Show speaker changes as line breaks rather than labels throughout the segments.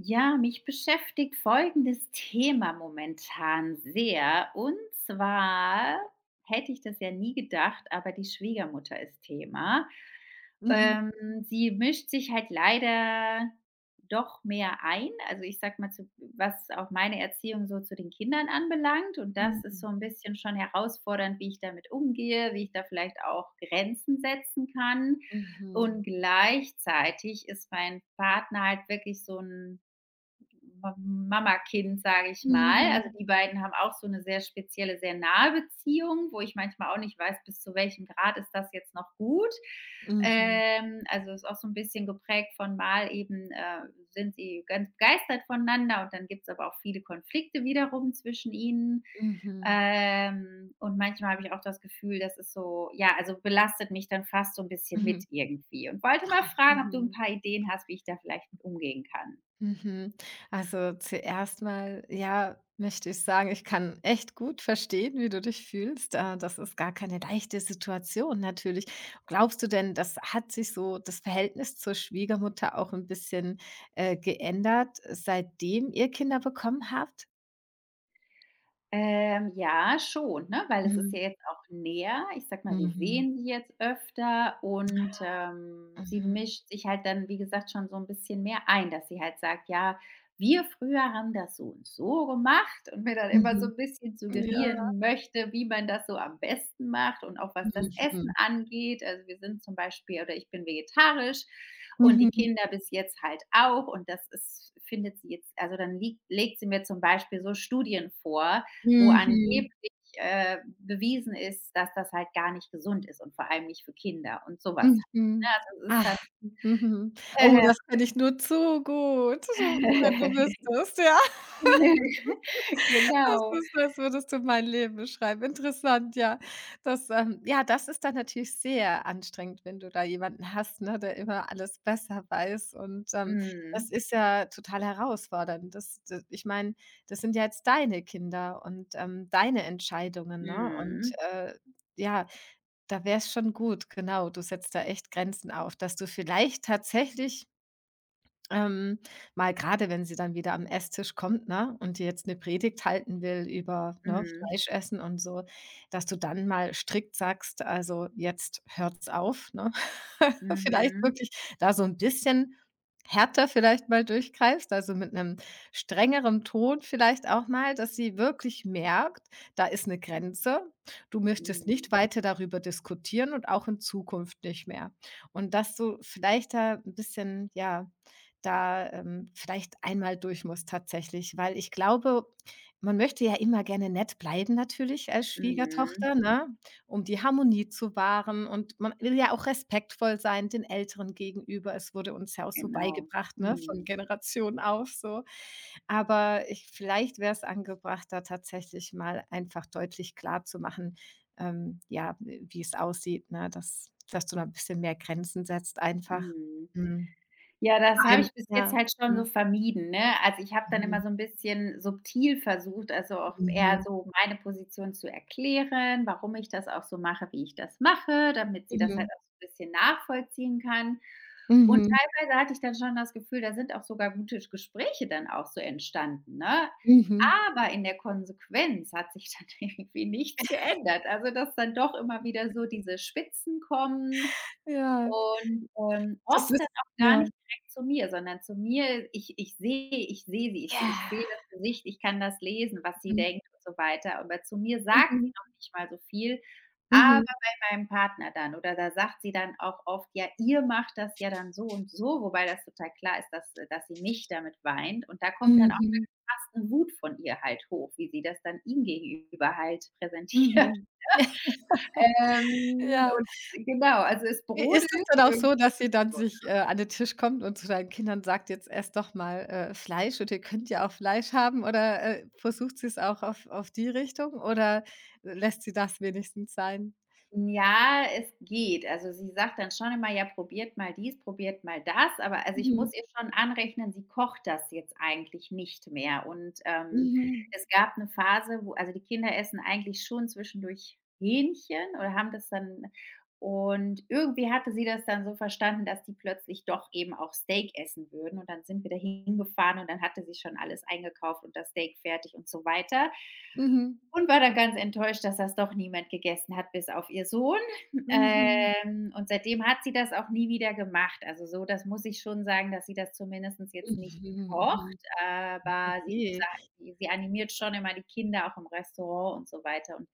Ja, mich beschäftigt folgendes Thema momentan sehr. Und zwar hätte ich das ja nie gedacht, aber die Schwiegermutter ist Thema.
Mhm.
Ähm, Sie mischt sich halt leider doch mehr ein. Also ich sag mal, was auch meine Erziehung so zu den Kindern anbelangt. Und das ist
Mhm.
so ein bisschen schon herausfordernd, wie ich damit umgehe, wie ich da vielleicht auch Grenzen setzen kann.
Mhm.
Und gleichzeitig ist mein Partner halt wirklich so ein Mama-Kind, sage ich mal. Also
Mhm.
die beiden haben auch so eine sehr spezielle, sehr nahe Beziehung, wo ich manchmal auch nicht weiß, bis zu welchem Grad ist das jetzt noch gut.
Mhm.
Also ist auch so ein bisschen geprägt von mal eben, sind sie ganz begeistert voneinander und dann gibt es aber auch viele Konflikte wiederum zwischen ihnen.
Mhm.
Und manchmal habe ich auch das Gefühl, das ist so ja, also belastet mich dann fast so ein bisschen mit
Mhm.
irgendwie und wollte mal
Ah,
fragen, ob du ein
mhm.
paar Ideen hast, wie ich da vielleicht mit umgehen kann.
Mhm. Also, zuerst mal, ja, möchte ich sagen, ich kann echt gut verstehen, wie du dich fühlst. Das ist gar keine leichte Situation natürlich. Glaubst du denn, das hat sich so das Verhältnis zur Schwiegermutter auch ein bisschen, geändert, seitdem ihr Kinder bekommen habt?
Ja, schon, ne? Weil es ist
Mhm.
ja jetzt auch näher. Ich sag mal, wir
Mhm.
sehen sie jetzt öfter und,
Ja.
sie
Mhm.
mischt sich halt dann, wie gesagt, schon so ein bisschen mehr ein, dass sie halt sagt: „Ja, wir früher haben das so und so gemacht“, und mir dann immer so
Mhm.
ein bisschen
Ja.
suggerieren möchte, wie man das so am besten macht und auch was das Essen
Mhm.
angeht. Also, wir sind zum Beispiel oder ich bin vegetarisch und die
Mhm.
Kinder bis jetzt halt auch und das ist findet sie jetzt also, dann liegt legt sie mir zum Beispiel so Studien vor, wo angeblich,
Mhm,
bewiesen ist, dass das halt gar nicht gesund ist und vor allem nicht für Kinder und sowas.
mhm.
Also, es ist
Ach,
dann
mhm. Oh,
äh,
das kenne ich nur zu gut, so wenn du wüsstest, ja. Das
genau.
ist, als würdest du mein Leben beschreiben. Interessant, ja. Das ist dann natürlich sehr anstrengend, wenn du da jemanden hast, ne, der immer alles besser weiß, und,
Mhm.
das ist ja total herausfordernd. Das d Ich meine, das sind ja jetzt deine Kinder und, deine Entscheidungen, ne? Und,
Mhm.
ja, da wär's schon gut, genau, du setzt da echt Grenzen auf, dass du vielleicht tatsächlich ähm, mal gerade, wenn sie dann wieder am Esstisch kommt, ne, und dir jetzt eine Predigt halten will über, ne,
Mhm.
Fleisch essen und so, dass du dann mal strikt sagst: „Also, jetzt hört's auf", ne? Vielleicht
Mhm.
wirklich da so ein bisschen härter vielleicht mal durchgreifst, also mit einem strengeren Ton vielleicht auch mal, dass sie wirklich merkt, da ist eine Grenze. Du möchtest nicht
Mhm.
weiter darüber diskutieren und auch in Zukunft nicht mehr. Und dass du vielleicht da ein bisschen, ja da, vielleicht einmal durch muss tatsächlich, weil ich glaube, man möchte ja immer gerne nett bleiben natürlich als
Mhm.
Schwiegertochter, ne, um die Harmonie zu wahren, und man will ja auch respektvoll sein den Älteren gegenüber. Es wurde uns ja auch so
Genau.
beigebracht, ne, von
Mhm.
Generation auf so. Aber ich vielleicht wäre es angebracht, da tatsächlich mal einfach deutlich klarzumachen, ja, wie es aussieht, ne, dass du da 'n bisschen mehr Grenzen setzt einfach.
Mhm.
Mhm,
Ja, das habe
allem
ich bis jetzt
ja.
halt schon
Mhm.
so vermieden, ne? Also, ich habe dann immer
Mhm.
so 'n bisschen subtil versucht, also, auch eher
Mhm.
so meine Position zu erklären, warum ich das auch so mache, wie ich das mache, damit sie das
Mhm.
halt auch so 'n bisschen nachvollziehen kann. Und
Mhm.
teilweise hatte ich dann schon das Gefühl, da sind auch sogar gute Gespräche dann auch so entstanden, ne?
Mhm.
Aber in der Konsequenz hat sich dann irgendwie nichts geändert. Also, dass dann doch immer wieder so diese Spitzen kommen
Ja,
und,
das
oft dann
ist
auch gar
ja.
nicht direkt zu mir, sondern zu mir ich sehe sie, ich
Ja.
sehe das Gesicht, ich kann das lesen, was sie
Mhm.
denkt und so weiter. Aber zu mir sagt sie
Mhm.
noch nicht mal so viel, aber
Mhm.
bei meinem Partner dann oder da sagt sie dann auch oft: „Ja, ihr macht das ja dann so und so“, wobei das total klar ist, dass sie mich damit weint. Und da kommt dann auch
Mhm.
fast 'ne Wut von ihr halt hoch, wie sie das dann ihm gegenüber halt präsentiert.
Mhm. Ja.
Und genau, also es
I ist
brodelt
es dann auch
irgendwo.
so, dass sie dann sich, an den Tisch kommt und zu deinen Kindern sagt: „Jetzt esst doch mal, Fleisch, und ihr könnt ja auch Fleisch haben", oder, versucht sie's auch auf die Richtung, oder lässt sie das wenigstens sein?
Ja, es geht. Also, sie sagt dann schon immer: „Ja, probiert mal dies, probiert mal das.“ Aber also, ich
Mhm.
muss ihr schon anrechnen, sie kocht das jetzt eigentlich nicht mehr. Und,
Mhm.
es gab eine Phase, wo also, die Kinder essen eigentlich schon zwischendurch Hähnchen oder haben das dann und irgendwie hatte sie das dann so verstanden, dass die plötzlich doch eben auch Steak essen würden. Und dann sind wir da hingefahren und dann hatte sie schon alles eingekauft und das Steak fertig und so weiter.
Mhm.
Und war dann ganz enttäuscht, dass das doch niemand gegessen hat, bis auf ihr Sohn.
Mhm.
Und seitdem hat sie das auch nie wieder gemacht. Also, so, das muss ich schon sagen, dass sie das zumindestens jetzt nicht
Mhm.
kocht,
Mhm.
aber sie
Okay.
sagt, sie animiert schon immer die Kinder auch im Restaurant und so weiter. Und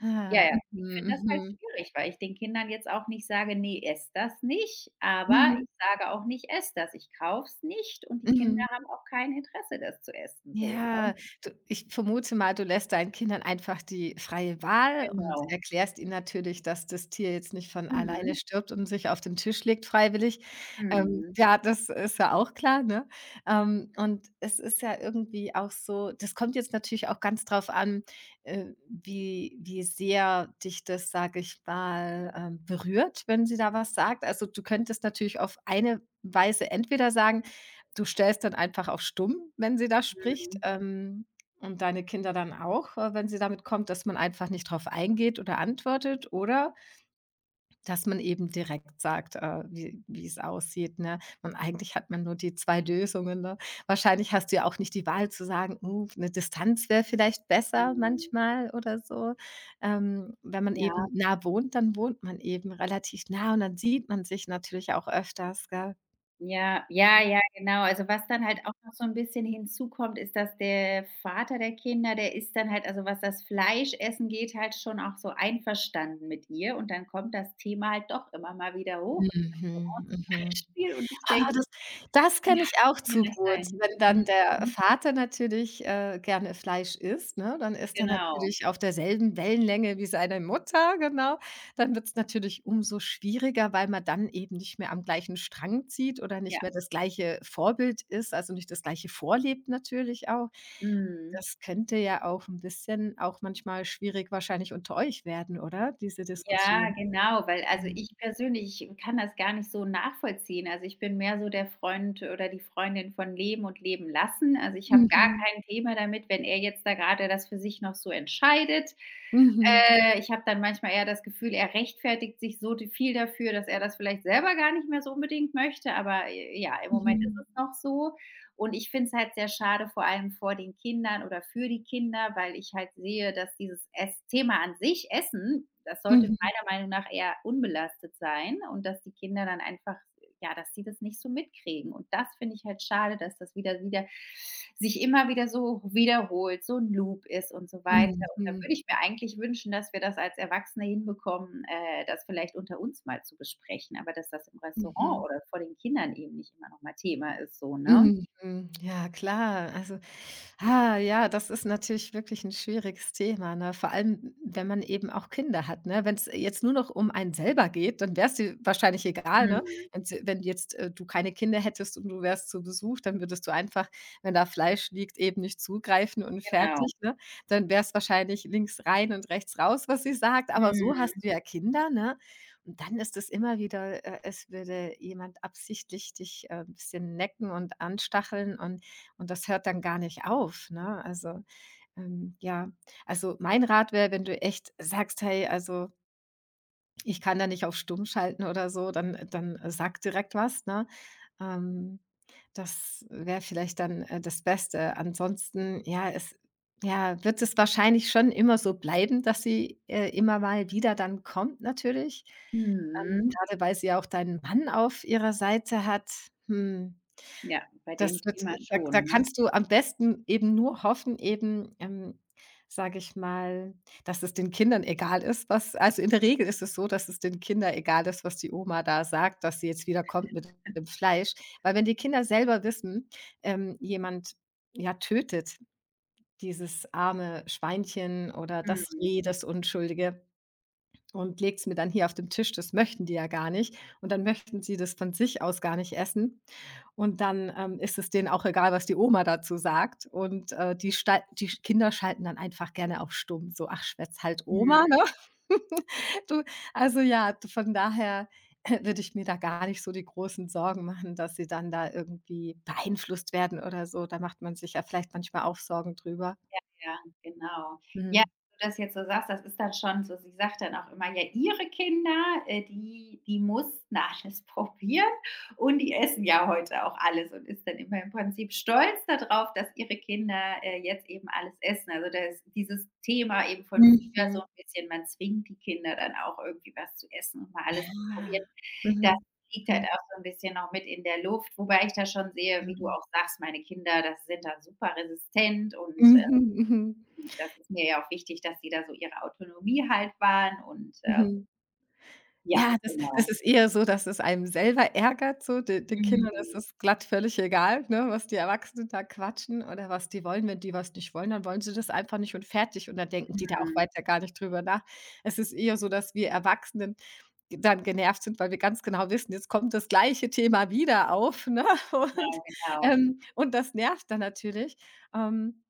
Ah,
ja, ja, ich
mhm,
finde das halt
mhm.
schwierig, weil ich den Kindern jetzt auch nicht sage: „Ne, ess das nicht“, aber
Mhm,
ich sage auch nicht: „Ess das“. Ich kaufe es nicht und die Kinder
mhm.
haben auch kein Interesse, das zu essen so,
Ja,
ne?
du ich vermute mal, du lässt deinen Kindern einfach die freie Wahl und
Genau.
erklärst ihnen natürlich, dass das Tier jetzt nicht von alleine
Mhm.
stirbt und sich auf den Tisch legt freiwillig.
Mhm.
Ja, das ist ja auch klar, ne? Und es ist ja irgendwie auch so, das kommt jetzt natürlich auch ganz drauf an, wie sehr dich das, sage ich mal, berührt, wenn sie da was sagt. Also, du könntest natürlich auf eine Weise entweder sagen: Du stellst dann einfach auf stumm, wenn sie da spricht,
Mhm,
und deine Kinder dann auch, wenn sie damit kommt, dass man einfach nicht drauf eingeht oder antwortet, oder dass man eben direkt sagt, wie es aussieht, ne? Man Eigentlich hat man nur die 2 Lösungen, ne? Wahrscheinlich hast du ja auch nicht die Wahl zu sagen: 'ne Distanz wäre vielleicht besser
mhm.
manchmal" oder so. Wenn man
Ja,
eben nah wohnt, dann wohnt man eben relativ nah, und dann sieht man sich natürlich auch öfters, gell?
ja, ja, ja, genau. Also, was dann halt auch noch so ein bisschen hinzukommt, ist, dass der Vater der Kinder, der ist dann halt also, was das Fleischessen geht, halt schon auch so einverstanden mit ihr und dann kommt das Thema halt doch immer mal wieder hoch im
Mhm,
Restaurant zum
mhm.
Beispiel und ich
Ah,
denke:
das kenne
„Ja,
ich
das
auch
kann ja
zu
nicht
gut.
sein.“
Wenn dann der
Mhm,
Vater natürlich, gerne Fleisch isst, ne, dann ist er
genau.
natürlich auf derselben Wellenlänge wie seine Mutter, genau. Dann wird's natürlich umso schwieriger, weil man dann eben nicht mehr am gleichen Strang zieht oder
Ja,
nicht mehr das gleiche Vorbild ist, also nicht das Gleiche vorlebt natürlich auch.
mhm.
Das könnte ja auch 'n bisschen auch manchmal schwierig wahrscheinlich unter euch werden, oder, diese
Ja,
Diskussion?
genau, weil also,
Mhm.
ich kann das gar nicht so nachvollziehen. Also, ich bin mehr so der Freund oder die Freundin von leben und leben lassen. Also, ich habe gar
Mhm.
kein Thema damit, wenn er jetzt da gerade das für sich noch so entscheidet.
Mhm.
Ich habe dann manchmal eher das Gefühl, er rechtfertigt sich so d viel dafür, dass er das vielleicht selber gar nicht mehr so unbedingt möchte, aber, ja, im Moment ist
Mhm.
es noch so. Und ich finde es halt sehr schade, vor allem vor den Kindern oder für die Kinder, weil ich halt sehe, dass dieses Ess Thema an sich Essen, das sollte
Mhm.
meiner Meinung nach eher unbelastet sein und dass die Kinder dann einfach ja, dass die das nicht so mitkriegen und das finde ich halt schade, dass das wieder sich immer wieder so wiederholt, so ein Loop ist und so weiter
Mhm,
und da
mhm,
würde ich mir eigentlich wünschen, dass wir das als Erwachsene hinbekommen, das vielleicht unter uns mal zu besprechen, aber dass das im Restaurant
mhm,
oder vor den Kindern eben nicht immer noch mal Thema ist so, ne?
mhm, mhm. Ja klar. Also, ah, ja, das ist natürlich wirklich ein schwieriges Thema, ne? Vor allem, wenn man eben auch Kinder hat, ne? Wenn es jetzt nur noch um einen selber geht, dann wäre es dir wahrscheinlich egal, ne?
Mhm,
Wenn jetzt, du keine Kinder hättest und du wärst zu Besuch, dann würdest du einfach, wenn da Fleisch liegt, eben nicht zugreifen und
genau.
fertig, ne? Dann wäre es wahrscheinlich links rein und rechts raus, was sie sagt. Aber so hast
Mhm.
du ja Kinder, ne? Dann ist es immer wieder, es würde jemand absichtlich dich, ein bisschen necken und anstacheln, und das hört dann gar nicht auf, ne? Also, ja. Also, mein Rat wäre, wenn du echt sagst: „Hey, also, ich kann da nicht auf stumm schalten oder so", dann sag direkt was, ne? Ähm, das wäre vielleicht dann, das Beste. Ansonsten, ja, es ja, wird es wahrscheinlich schon immer so bleiben, dass sie, immer mal wieder dann kommt natürlich. Ähm,
Mhm.
grade weil sie ja auch deinen Mann auf ihrer Seite hat. Hm,
Ja, bei
das
dem
wird
Thema
da da
schon, ne?
kannst du am besten eben nur hoffen, eben, sage ich mal, dass es den Kindern egal ist, was, also, in der Regel ist es so, dass es den Kindern egal ist, was die Oma da sagt, dass sie jetzt wieder kommt mit dem Fleisch. Weil wenn die Kinder selber wissen, jemand, ja, tötet dieses arme Schweinchen oder das
Mhm.
Reh, das Unschuldige, und legt's mir dann hier auf den Tisch. Das möchten die ja gar nicht. Und dann möchten sie das von sich aus gar nicht essen. Und dann, ist es denen auch egal, was die Oma dazu sagt. Und, die stei die Kinder schalten dann einfach gerne auf stumm. So: „Ach, schwätz halt, Oma", ne?
Mhm.
Du, also ja, d von daher würde ich mir da gar nicht so die großen Sorgen machen, dass sie dann da irgendwie beeinflusst werden oder so. Da macht man sich ja vielleicht manchmal auch Sorgen drüber.
Ja, genau. Ja,
Mhm.
wenn du das jetzt so sagst, das ist dann schon so sie sagt dann auch immer: „Ja, ihre Kinder, die mussten alles probieren und die essen ja heute auch alles“ und ist dann immer im Prinzip stolz darauf dass ihre Kinder, jetzt eben alles essen. Also, das dieses Thema eben von früher
Mhm.
so ein bisschen, man zwingt die Kinder dann auch irgendwie was zu essen und mal alles
Ja.
zu probieren. Das
Mhm.
liegt halt
Mhm.
auch so ein bisschen noch mit in der Luft, wobei ich da schon sehe, wie du
Mhm.
auch sagst, meine Kinder, das sind da super resistent und,
Mhm, mhm,
das ist mir ja auch wichtig, dass sie da so ihre Autonomie halt wahren und,
mhm.
ja,
Ja, das
genau.
ist eher so, dass es einem selber ärgert, so de den Kindern ist
Mhm,
das glatt völlig egal, ne, was die Erwachsenen da quatschen oder was die wollen. Wenn die was nicht wollen, dann wollen sie das einfach nicht und fertig, und dann denken die da auch
mhm,
weiter gar nicht drüber nach. Es ist eher so, dass wir Erwachsenen g dann genervt sind, weil wir ganz genau wissen, jetzt kommt das gleiche Thema wieder auf, ne? Und,
genau, genau.
und das nervt dann natürlich. Ähm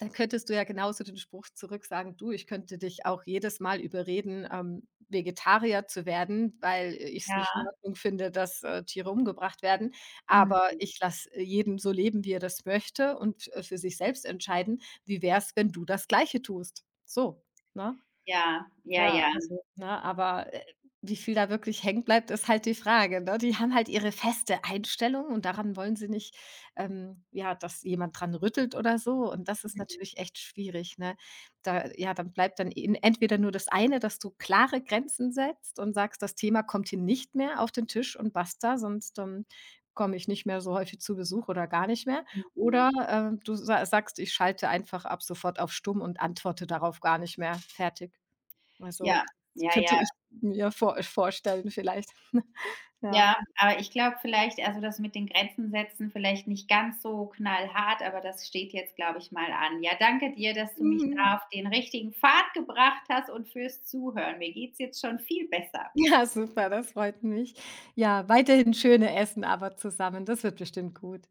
Dann könntest du ja genauso den Spruch zurück sagen: „Du, ich könnte dich auch jedes Mal überreden, Vegetarier zu werden, weil ich es nicht in
Ja,
Ordnung finde, dass, Tiere umgebracht werden.
mhm.
Aber ich lasse jeden so leben, wie er das möchte, und, für sich selbst entscheiden. Wie wär's, wenn du das Gleiche tust?" So, ne?
Ja, ja,
Ja,
ja.
also, ne, aber, wie viel da wirklich hängen bleibt, ist halt die Frage, ne? Die haben halt ihre feste Einstellung und daran wollen sie nicht, ja, dass jemand dran rüttelt oder so. Und das ist natürlich echt schwierig, ne? Da, ja, dann bleibt dann en entweder nur das eine, dass du klare Grenzen setzt und sagst: „Das Thema kommt hier nicht mehr auf den Tisch und basta, sonst, komme ich nicht mehr so häufig zu Besuch oder gar nicht mehr."
Mhm.
Oder, du sa sagst: „Ich schalte einfach ab sofort auf stumm und antworte darauf gar nicht mehr. Fertig." Also,
Ja,
das
ja,
könnte
ja.
ich mir vorstellen vielleicht. Ja.
Ja, aber ich glaube vielleicht also, das mit den Grenzen setzen vielleicht nicht ganz so knallhart, aber das steht jetzt, glaube ich, mal an. Ja, danke dir, dass du mich
Mhm.
da auf den richtigen Pfad gebracht hast und fürs Zuhören. Mir geht's jetzt schon viel besser.
Ja, super, das freut mich. Ja, weiterhin schöne Essen aber zusammen. Das wird bestimmt gut.